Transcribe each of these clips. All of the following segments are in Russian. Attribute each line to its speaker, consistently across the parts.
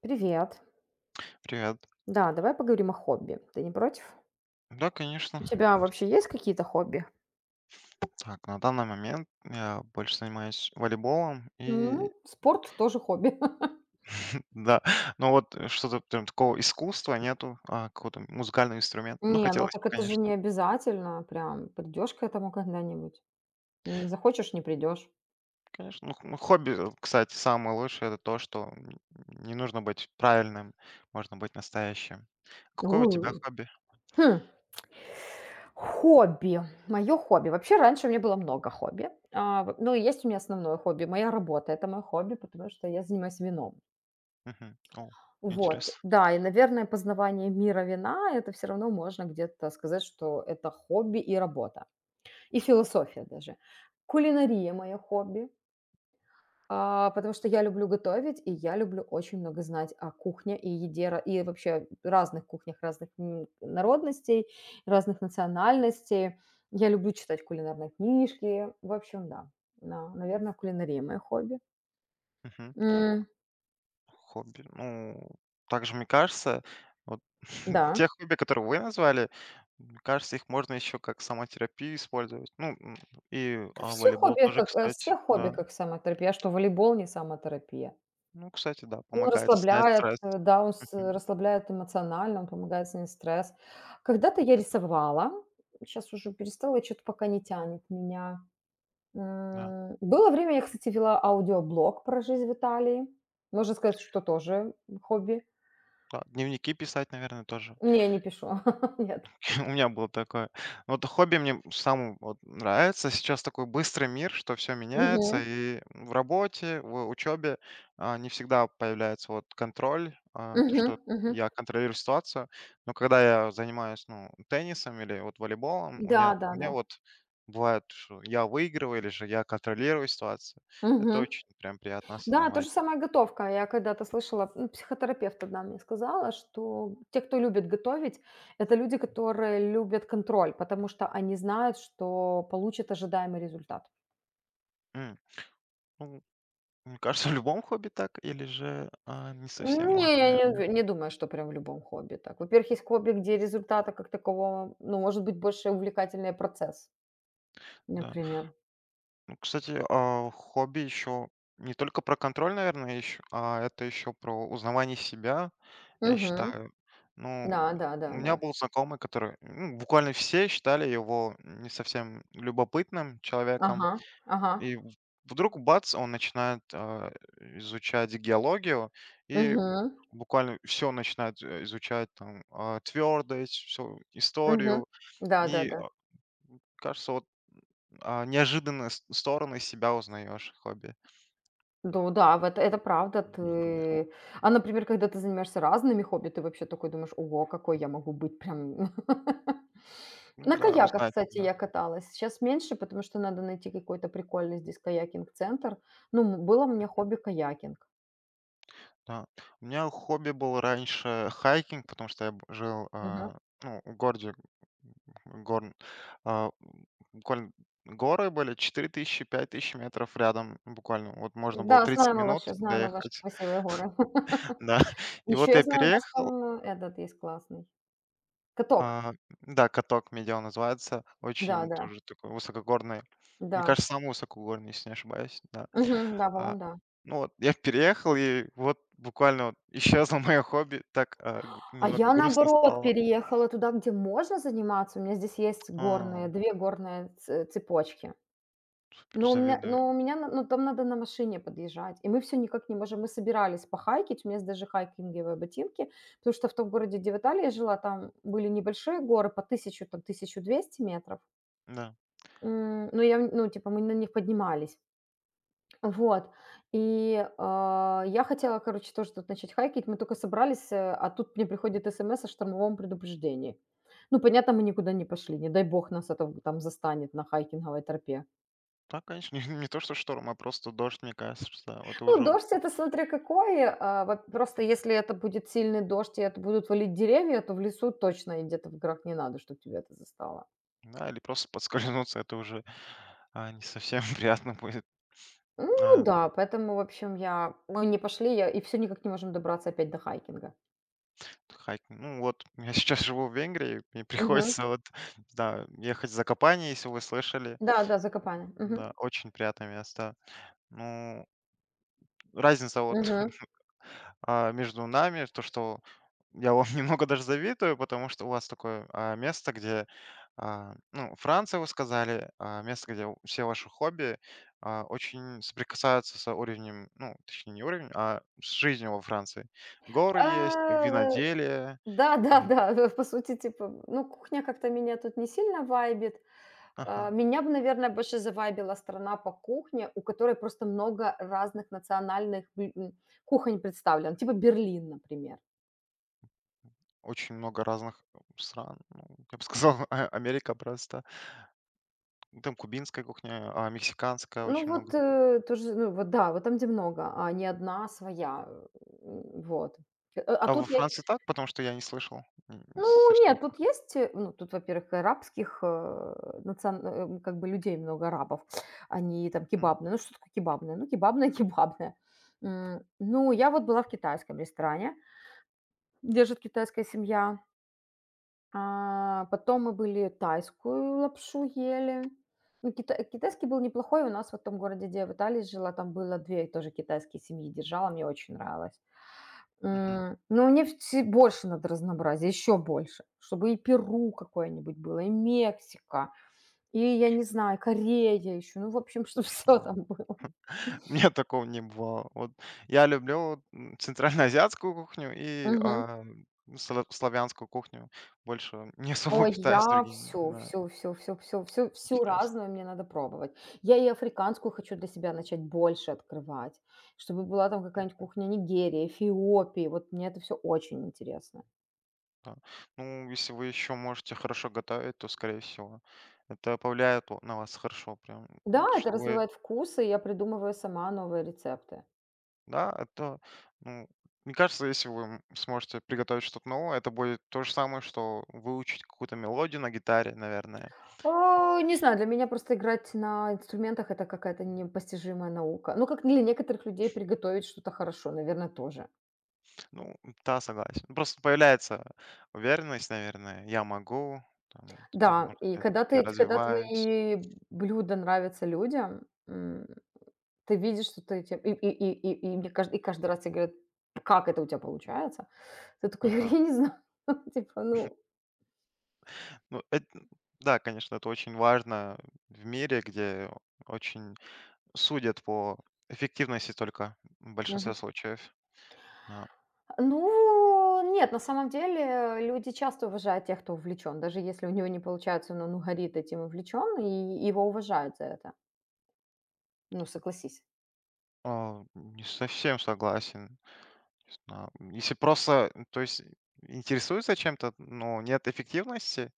Speaker 1: Привет.
Speaker 2: Привет.
Speaker 1: Да, давай поговорим о хобби. Ты не против?
Speaker 2: Да, конечно.
Speaker 1: У тебя вообще есть какие-то хобби?
Speaker 2: Так, на данный момент я больше занимаюсь волейболом и,
Speaker 1: Ну, спорт тоже хобби.
Speaker 2: да. но вот что-то прям такого искусства нету, какого-то музыкального инструмента. Ну,
Speaker 1: Не, ну
Speaker 2: хотелось
Speaker 1: так
Speaker 2: бы,
Speaker 1: это же не
Speaker 2: конечно.
Speaker 1: обязательно. Прям придешь к этому когда-нибудь. Не захочешь, не придешь.
Speaker 2: Конечно. Ну, хобби, кстати, самое лучшее это то, что не нужно быть правильным, можно быть настоящим. Какое у тебя
Speaker 1: У.
Speaker 2: хобби?
Speaker 1: Хм. Хобби. Мое хобби. Вообще раньше у меня было много хобби. Ну, и есть у меня основное хобби. Моя работа – это мое хобби, потому что я занимаюсь вином.
Speaker 2: Мгм. О,
Speaker 1: Вот,
Speaker 2: интересно.
Speaker 1: да, и, наверное, познавание мира вина – это все равно можно где-то сказать, что это хобби и работа, и философия даже. Кулинария – мое хобби, потому что я люблю готовить, и я люблю очень много знать о кухне и еде, ра и вообще разных кухнях, разных, народностей, разных национальностей. Я люблю читать кулинарные книжки. В общем, да, наверное, кулинария – мое хобби. М,
Speaker 2: Хобби. Ну, также, мне кажется, вот
Speaker 1: да.
Speaker 2: те хобби, которые вы назвали, мне кажется, их можно еще как самотерапию использовать. Ну, волейбол тоже, кстати,
Speaker 1: Все хобби
Speaker 2: да.
Speaker 1: как самотерапия. А что, волейбол не самотерапия?
Speaker 2: Ну, кстати, да,
Speaker 1: Он
Speaker 2: помогает снять
Speaker 1: расслабляет,
Speaker 2: стресс.
Speaker 1: да, он
Speaker 2: Мгм.
Speaker 1: расслабляет эмоционально, он помогает снять стресс. Когда-то я рисовала, сейчас уже перестала, что то пока не тянет меня.
Speaker 2: Да.
Speaker 1: Было время, я, кстати, вела аудиоблог про жизнь в Италии. Можно сказать, что тоже хобби.
Speaker 2: Да, дневники писать, наверное, тоже.
Speaker 1: Не, не пишу, нет.
Speaker 2: У меня было такое. Вот хобби мне самому вот нравится. Сейчас такой быстрый мир, что все меняется.
Speaker 1: Мгм,
Speaker 2: И в работе, в учебе не всегда появляется вот контроль, то,
Speaker 1: мгм,
Speaker 2: что
Speaker 1: мгм.
Speaker 2: я контролирую ситуацию. Но когда я занимаюсь, ну, теннисом или вот волейболом, у меня, у
Speaker 1: Да-да-да.
Speaker 2: меня вот бывает, что я выигрываю или же я контролирую ситуацию. Это
Speaker 1: Мгм.
Speaker 2: очень прям приятно
Speaker 1: Да, то
Speaker 2: осознавать.
Speaker 1: же самое готовка. Я когда-то слышала, ну, психотерапевт одна мне сказала, что те, кто любит готовить, это люди, которые любят контроль, потому что они знают, что получат ожидаемый результат.
Speaker 2: М, Ну, мне кажется, в любом хобби так, или же не совсем,
Speaker 1: Не,
Speaker 2: ладно,
Speaker 1: я не,
Speaker 2: наверное.
Speaker 1: уверен- не думаю, что прям в любом хобби так. Во-первых, есть хобби, где результата как такового, ну, может быть, больше увлекательный процесс,
Speaker 2: Да.
Speaker 1: например.
Speaker 2: Кстати, хобби еще не только про контроль, наверное, еще, а это еще про узнавание себя, я
Speaker 1: Угу.
Speaker 2: считаю. Ну,
Speaker 1: Да, да,
Speaker 2: у
Speaker 1: да,
Speaker 2: меня
Speaker 1: да.
Speaker 2: был знакомый, который, ну, буквально все считали его не совсем любопытным человеком.
Speaker 1: Ага, ага.
Speaker 2: И вдруг, бац, он начинает изучать геологию, и
Speaker 1: Угу.
Speaker 2: буквально все начинает изучать, там, твердость, всю
Speaker 1: Угу.
Speaker 2: историю.
Speaker 1: Да, да,
Speaker 2: И,
Speaker 1: да.
Speaker 2: кажется, вот неожиданные стороны себя узнаешь в хобби.
Speaker 1: Да, да, вот это правда.
Speaker 2: Другое хобби.
Speaker 1: Например, когда ты занимаешься разными хобби, ты вообще такой думаешь: «Ого, какой я могу быть прям».
Speaker 2: Ну
Speaker 1: На
Speaker 2: да,
Speaker 1: каяках,
Speaker 2: узнать
Speaker 1: кстати, я
Speaker 2: себя.
Speaker 1: каталась. Сейчас меньше, потому что надо найти какой-то прикольный здесь каякинг-центр. Ну, было у меня хобби каякинг.
Speaker 2: Да. У меня хобби был раньше хайкинг, потому что я жил,
Speaker 1: Мгм.
Speaker 2: ну, в городе, м, гор, а, м, буквально горы были 4000, 5000 метров рядом буквально. Вот можно было
Speaker 1: Да,
Speaker 2: 30
Speaker 1: знаем мы
Speaker 2: минут
Speaker 1: ваши знаем мы ваши
Speaker 2: доехать.
Speaker 1: красивые горы.
Speaker 2: Да. И
Speaker 1: Еще
Speaker 2: вот
Speaker 1: я
Speaker 2: я
Speaker 1: знаю, у вас
Speaker 2: переехал.
Speaker 1: там этот есть классный каток.
Speaker 2: а, да, каток медиа называется.
Speaker 1: Да,
Speaker 2: Очень
Speaker 1: да,
Speaker 2: тоже такой высокогорный. Мне
Speaker 1: да.
Speaker 2: кажется, самый высокогорный, если не ошибаюсь. Да.
Speaker 1: Мгм. Да,
Speaker 2: А,
Speaker 1: по-моему, да.
Speaker 2: ну вот я переехал, и вот буквально вот исчезло мое хобби. Так, а, г
Speaker 1: А
Speaker 2: немного
Speaker 1: я,
Speaker 2: грустно
Speaker 1: наоборот,
Speaker 2: стало.
Speaker 1: переехала туда, где можно заниматься. У меня здесь есть
Speaker 2: А,
Speaker 1: 2 горные ц цепочки.
Speaker 2: Супер завидую.
Speaker 1: Но у меня на ну, Там надо на машине подъезжать, и мы все никак не можем. Мы собирались похайкить, у меня есть даже хайкинговые ботинки, потому что в том городе, где в Италии я жила, там были небольшие горы по 1200 метров.
Speaker 2: Да.
Speaker 1: Но ну, типа, мы на них поднимались. Вот. И, я хотела, короче, тоже тут начать хайкить. Мы только собрались, а тут мне приходит смс о штормовом предупреждении. Ну, понятно, мы никуда не пошли. Не дай бог нас это там застанет на хайкинговой тропе.
Speaker 2: Да, конечно, не то, что шторм, а просто дождь, мне кажется, что это
Speaker 1: Ну,
Speaker 2: уже,
Speaker 1: дождь – это смотря какой. Вот просто если это будет сильный дождь и это будут валить деревья, то в лесу точно и где-то в горах не надо, чтобы тебя это застало.
Speaker 2: да, или просто подскользнуться, это уже, не совсем приятно будет.
Speaker 1: Ну
Speaker 2: А,
Speaker 1: да, поэтому, в общем, я мы не пошли, я и все никак не можем добраться опять до хайкинга.
Speaker 2: Хайкинг. Ну вот, я сейчас живу в Венгрии, мне
Speaker 1: Мгм.
Speaker 2: приходится, вот, да, ехать за Закопане, если вы слышали.
Speaker 1: Да-да, Закопане. Мгм.
Speaker 2: Да, очень приятное место. Ну, разница вот.
Speaker 1: Мгм.
Speaker 2: Между нами то, что я вам немного даже завидую, потому что у вас такое, место, где, ну, Франция, вы сказали, место, где все ваши хобби очень соприкасаются с уровнем, ну, точнее, не уровнем, а с жизнью во Франции. Горы есть,
Speaker 1: Э,
Speaker 2: виноделие. а,
Speaker 1: да-да-да, по сути, типа, ну, кухня как-то меня тут не сильно вайбит. Э,
Speaker 2: ага,
Speaker 1: меня бы, наверное, больше завайбила страна по кухне, у которой просто много разных национальных кухонь представлено, типа Берлин, например.
Speaker 2: очень много разных стран. Ну, я бы сказал, Америка просто. Ну, там кубинская кухня, а мексиканская
Speaker 1: Ну
Speaker 2: очень
Speaker 1: вот,
Speaker 2: много.
Speaker 1: тоже, ну вот да, вот там, где много, а не одна а своя, вот. А
Speaker 2: А во
Speaker 1: тут я.
Speaker 2: Франции так, потому что я не слышал.
Speaker 1: Ну
Speaker 2: Совсем.
Speaker 1: нет, тут есть, ну, тут, во-первых, арабских, как бы людей много арабов. Они там кебабные. Ну, что такое кебабное? Ну, кебабное, кебабное. Ну, я вот была в китайском ресторане, держит китайская семья. А, потом мы были тайскую лапшу ели. Ну, китайский был неплохой. У нас вот в том городе, где я в Италии жила, там было 2 тоже китайские семьи держала, мне очень нравилось.
Speaker 2: Мгм.
Speaker 1: Ну, мне все больше надо разнообразия, еще больше, чтобы и Перу какое-нибудь было, и Мексика, и, я не знаю, Корея еще. Ну, в общем, чтобы все
Speaker 2: Вау.
Speaker 1: там было.
Speaker 2: У меня такого не бывало. Вот я люблю, центральноазиатскую кухню и
Speaker 1: Мгм.
Speaker 2: славянскую кухню. Больше не особо
Speaker 1: Ой,
Speaker 2: питаюсь
Speaker 1: я
Speaker 2: другими.
Speaker 1: все,
Speaker 2: Да,
Speaker 1: все, все, все, все, все всю
Speaker 2: интересно.
Speaker 1: разную мне надо пробовать. Я и африканскую хочу для себя начать больше открывать, чтобы была там
Speaker 2: М,
Speaker 1: какая-нибудь кухня Нигерии, Эфиопии. Вот мне это все очень интересно.
Speaker 2: да. Ну, если вы еще можете хорошо готовить, то, скорее всего, это повлияет на вас хорошо. Прям,
Speaker 1: Да, это
Speaker 2: что вы...
Speaker 1: развивает вкусы, и я придумываю сама новые рецепты.
Speaker 2: Да, это... Ну, мне кажется, если вы сможете приготовить что-то новое, это будет то же самое, что выучить какую-то мелодию на гитаре, наверное.
Speaker 1: Не знаю, для меня просто играть на инструментах – это какая-то непостижимая наука. Ну, как для некоторых людей приготовить что-то хорошо, наверное, тоже.
Speaker 2: Ну, да, согласен. Ну, просто появляется уверенность, наверное. Я могу, там, т
Speaker 1: Да,
Speaker 2: можно
Speaker 1: и
Speaker 2: сказать, я
Speaker 1: когда
Speaker 2: развиваюсь.
Speaker 1: твои блюда нравятся людям, м, ты видишь, что ты те и мне кажд и каждый раз тебе говорят: «Как это у тебя получается?» Ты такой:
Speaker 2: Ага.
Speaker 1: «Я не знаю». Типа, ну.
Speaker 2: Ну, эт да, конечно, это очень важно в мире, где очень судят по эффективности только в большинстве случаев. Да.
Speaker 1: Ну, нет, на самом деле люди часто уважают тех, кто увлечен. Даже если у него не получается, но он ну, горит этим увлечен, и его уважают за это. Ну, согласись.
Speaker 2: Не совсем согласен. Не, если просто, то есть интересуется чем-то, но нет эффективности,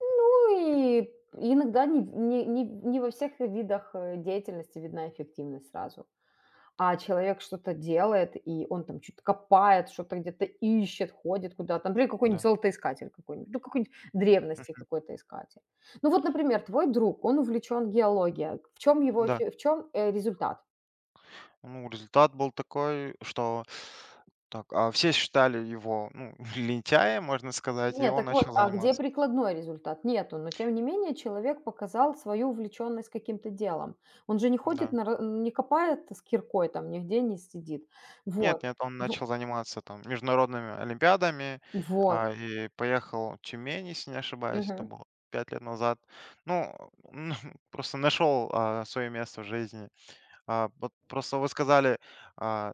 Speaker 1: Ну, и иногда не во всех видах деятельности видна эффективность сразу. А человек что-то делает, и он там чё-то копает, что-то где-то ищет, ходит куда-то. Например, какой-нибудь
Speaker 2: да.
Speaker 1: золотоискатель какой-нибудь, ну, какой-нибудь древности
Speaker 2: м,
Speaker 1: какой-то искатель. Ну, вот, например, твой друг, он увлечен геологией.
Speaker 2: да.
Speaker 1: В чем, результат?
Speaker 2: Ну, результат был такой, что так, а все считали его, ну, лентяем, можно сказать, и
Speaker 1: Нет,
Speaker 2: он
Speaker 1: так вот,
Speaker 2: начал
Speaker 1: а где
Speaker 2: заниматься.
Speaker 1: прикладной результат? Нету, но тем не менее человек показал свою увлеченность каким-то делом. Он же не ходит
Speaker 2: Да.
Speaker 1: на ра не копает с киркой там, нигде не сидит.
Speaker 2: Нет,
Speaker 1: Вот,
Speaker 2: нет, он
Speaker 1: во
Speaker 2: начал заниматься там международными олимпиадами,
Speaker 1: вот.
Speaker 2: и поехал в Тюмень, если не ошибаюсь, это
Speaker 1: Мгм,
Speaker 2: было 5 лет назад. Ну, просто нашел, свое место в жизни. Вот просто вы сказали, а,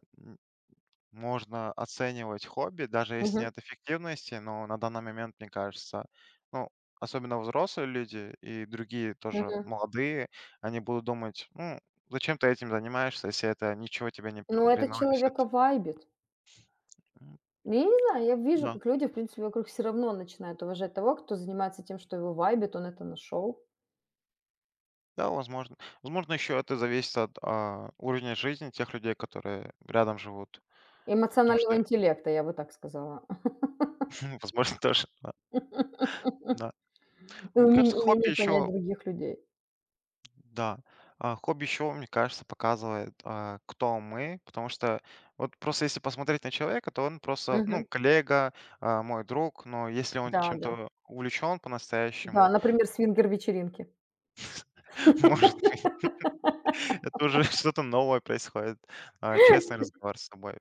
Speaker 2: можно оценивать хобби, даже если
Speaker 1: мгм,
Speaker 2: нет эффективности, но на данный момент, мне кажется, ну, особенно взрослые люди и другие тоже
Speaker 1: мгм.
Speaker 2: молодые, они будут думать, ну, зачем ты этим занимаешься, если это ничего тебе не
Speaker 1: Ну, это человека
Speaker 2: приносит.
Speaker 1: вайбит.
Speaker 2: М,
Speaker 1: Ну, я не знаю, я вижу,
Speaker 2: Да.
Speaker 1: как люди, в принципе, вокруг все равно начинают уважать того, кто занимается тем, что его вайбит, он это нашел.
Speaker 2: Да, возможно. Возможно, еще это зависит от, уровня жизни тех людей, которые рядом живут. Потому
Speaker 1: Эмоционального
Speaker 2: что,
Speaker 1: интеллекта, я бы так сказала.
Speaker 2: возможно, тоже, да. Да.
Speaker 1: И
Speaker 2: Мне кажется, хобби
Speaker 1: умение понять
Speaker 2: еще.
Speaker 1: других людей.
Speaker 2: Да, хобби еще, мне кажется, показывает, кто мы, потому что вот просто если посмотреть на человека, то он просто,
Speaker 1: Мгм.
Speaker 2: ну, коллега, мой друг, но если он
Speaker 1: Да, да.
Speaker 2: чем-то увлечен
Speaker 1: Да,
Speaker 2: по-настоящему,
Speaker 1: например, свингер-вечеринки.
Speaker 2: может быть, это уже что-то новое происходит, честный разговор с собой.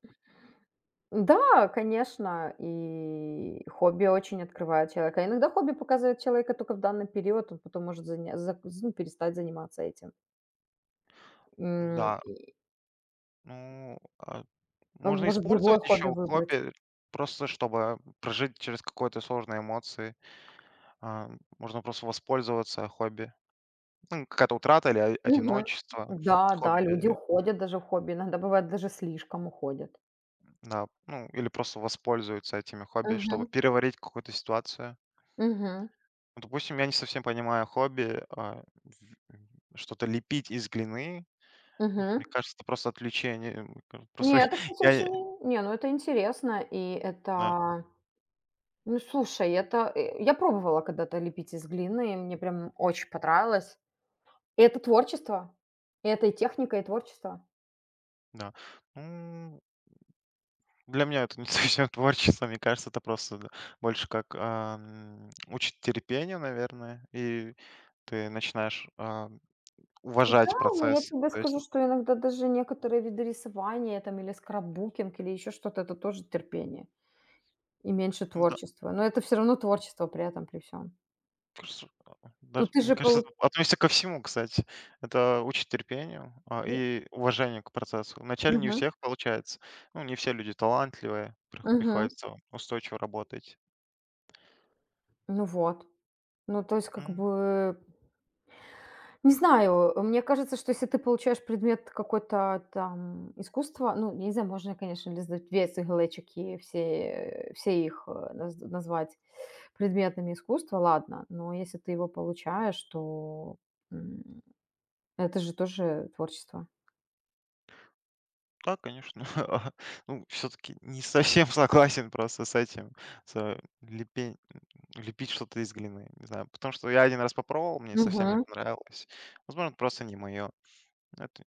Speaker 1: Да, конечно, и хобби очень открывает человека. Иногда хобби показывает человека только в данный период, он потом может заня зак ну, перестать заниматься этим.
Speaker 2: Да,
Speaker 1: И
Speaker 2: ну,
Speaker 1: он
Speaker 2: можно
Speaker 1: может другое
Speaker 2: использовать
Speaker 1: хобби
Speaker 2: еще
Speaker 1: выбрать.
Speaker 2: хобби просто, чтобы прожить через какие то сложные эмоции. А, Можно просто воспользоваться хобби. Ну, какая-то утрата или о
Speaker 1: Мгм.
Speaker 2: одиночество,
Speaker 1: Да, да, люди
Speaker 2: хобби,
Speaker 1: уходят даже в хобби, иногда бывает даже слишком уходят.
Speaker 2: да, ну, или просто воспользуются этими хобби, чтобы
Speaker 1: Мгм.
Speaker 2: переварить какую-то ситуацию.
Speaker 1: Мгм.
Speaker 2: Ну, допустим, я не совсем понимаю хобби, что-то лепить из глины. Вот
Speaker 1: Мгм.
Speaker 2: мне кажется, это просто отвлечение. М, ка Просто
Speaker 1: Не, это, кстати,
Speaker 2: я
Speaker 1: очень не, ну это интересно, и
Speaker 2: да,
Speaker 1: это ну, слушай, это, я пробовала когда-то лепить из глины, и мне прям очень понравилось. И это творчество. И это и техника, и творчество.
Speaker 2: да. Ну, для меня это не совсем творчество, мне кажется, это просто, да, больше как, учит терпению, наверное, и ты начинаешь,
Speaker 1: Да,
Speaker 2: уважать
Speaker 1: но я
Speaker 2: процесс.
Speaker 1: тебе
Speaker 2: То есть,
Speaker 1: скажу, что иногда даже некоторые виды рисования там или скрапбукинг, или еще что-то – это тоже терпение и меньше
Speaker 2: н-да.
Speaker 1: творчества. Но это все равно творчество при этом, при всем. Тут
Speaker 2: Даже,
Speaker 1: ты
Speaker 2: мне
Speaker 1: же
Speaker 2: кажется,
Speaker 1: полу.
Speaker 2: это относится ко всему, кстати. Это учит терпению,
Speaker 1: м,
Speaker 2: и уважению к процессу. Вначале не у
Speaker 1: Мгм,
Speaker 2: всех получается. Ну, не все люди талантливые,
Speaker 1: мгм.
Speaker 2: приходится устойчиво работать.
Speaker 1: Ну вот. Ну, то есть, как
Speaker 2: М,
Speaker 1: бы, не знаю, мне кажется, что если ты получаешь предмет какой-то там искусства, ну, я не знаю, можно, конечно, ли сдать весь глечик и все их назвать предметами искусства, ладно, но если ты его получаешь, то м, это же тоже творчество.
Speaker 2: Да, конечно. Ну, все-таки не совсем согласен просто с этим. с лепень- Лепить что-то из глины. Не знаю. Потому что я один раз попробовал, мне совсем не
Speaker 1: Мгм.
Speaker 2: понравилось. Возможно, это просто не мое. Это,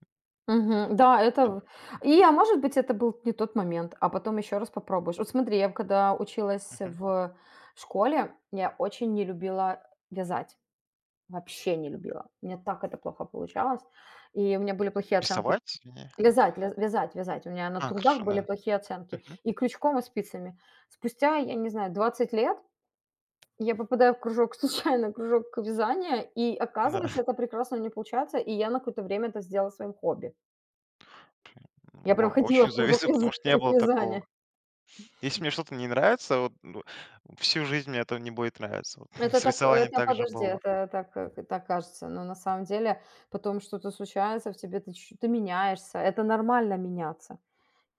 Speaker 1: Мгм. Да, это
Speaker 2: да.
Speaker 1: в и, а может быть, это был не тот момент, а потом еще раз попробуешь. Вот смотри, я когда училась
Speaker 2: Мгм.
Speaker 1: в школе, я очень не любила вязать, вообще не любила. Мне так это плохо получалось, и у меня были плохие оценки.
Speaker 2: Рисовать? Не.
Speaker 1: Вязать, ля вязать, вязать. У меня на трудах
Speaker 2: Хорошо,
Speaker 1: были
Speaker 2: да.
Speaker 1: плохие оценки
Speaker 2: Мгм.
Speaker 1: и крючком, и спицами. Спустя, я не знаю, 20 лет я попадаю в кружок, случайно кружок вязания, и оказывается,
Speaker 2: Да.
Speaker 1: это прекрасно у меня получается, и я на какое-то время это сделала своим хобби. Я прям
Speaker 2: Вау,
Speaker 1: ходила
Speaker 2: очень
Speaker 1: в кружок
Speaker 2: завидую,
Speaker 1: вяза
Speaker 2: потому что не было такого.
Speaker 1: вязания.
Speaker 2: Если мне что-то не нравится, вот, ну, всю жизнь мне это не будет нравиться. Вот
Speaker 1: Это
Speaker 2: с
Speaker 1: так,
Speaker 2: рисованием
Speaker 1: это
Speaker 2: также
Speaker 1: подожди,
Speaker 2: было.
Speaker 1: это так, так кажется, но на самом деле потом что-то случается в тебе, ты чуть ты меняешься. Это нормально меняться.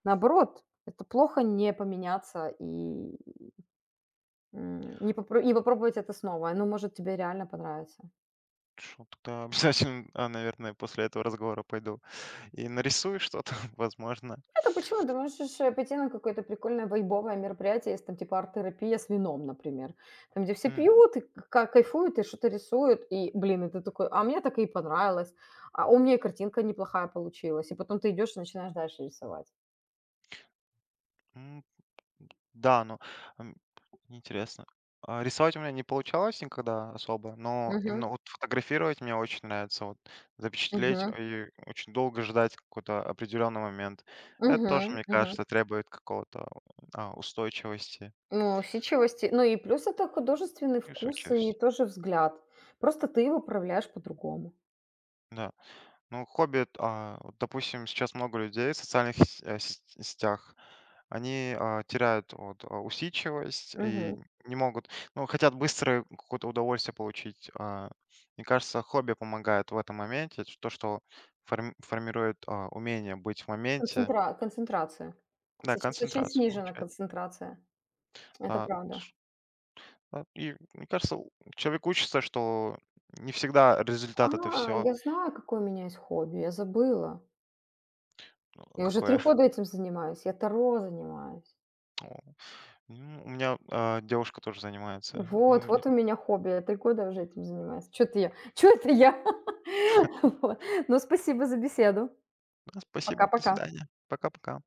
Speaker 1: Наоборот, это плохо не поменяться и, не попробовать это снова. Оно может тебе реально понравиться.
Speaker 2: Что тогда обязательно, наверное, после этого разговора пойду и нарисую что-то, возможно.
Speaker 1: Это почему? Ты можешь пойти на какое-то прикольное вайбовое мероприятие, есть там типа арт-терапия с вином, например. Там, где все
Speaker 2: М,
Speaker 1: пьют и кайфуют, и что-то рисуют, и, блин, и ты такой, а мне так и понравилось, а у меня и картинка неплохая получилась, и потом ты идешь и начинаешь дальше рисовать.
Speaker 2: м, Да, но, м, интересно. Рисовать у меня не получалось никогда особо, но
Speaker 1: Мгм.
Speaker 2: именно вот фотографировать мне очень нравится. Вот запечатлеть
Speaker 1: Мгм.
Speaker 2: и очень долго ждать какой-то определенный момент. Это тоже,
Speaker 1: Мгм.
Speaker 2: мне
Speaker 1: Мгм.
Speaker 2: кажется, требует какого-то, устойчивости
Speaker 1: Ну, усидчивости. Ну и плюс это художественный
Speaker 2: и
Speaker 1: вкус и
Speaker 2: усидчивости.
Speaker 1: тоже взгляд. Просто ты его проявляешь по-другому.
Speaker 2: Да. Ну, хобби, вот, допустим, сейчас много людей в социальных сетях, они теряют, вот, усидчивость
Speaker 1: Мгм.
Speaker 2: и не могут, ну, хотят быстро какое-то удовольствие получить. Мне кажется, хобби помогает в этом моменте, то, что формирует, умение быть в моменте,
Speaker 1: Концентрация.
Speaker 2: да,
Speaker 1: Сейчас очень
Speaker 2: концентрацию
Speaker 1: снижена
Speaker 2: получать.
Speaker 1: концентрация. Это
Speaker 2: Да.
Speaker 1: правда.
Speaker 2: Да, и мне кажется, человек учится, что не всегда
Speaker 1: А,
Speaker 2: результат это все
Speaker 1: я знаю, какое у меня есть хобби, я забыла. Я уже 3
Speaker 2: какое.
Speaker 1: года этим занимаюсь, я таро занимаюсь.
Speaker 2: Ну, у меня, девушка тоже занимается.
Speaker 1: Вот,
Speaker 2: Ну,
Speaker 1: вот у меня хобби, я 3 года уже этим занимаюсь. Что это я? Что это я? Вот. Ну, спасибо за беседу.
Speaker 2: да, спасибо. До
Speaker 1: Пока-пока.
Speaker 2: свидания. Пока-пока.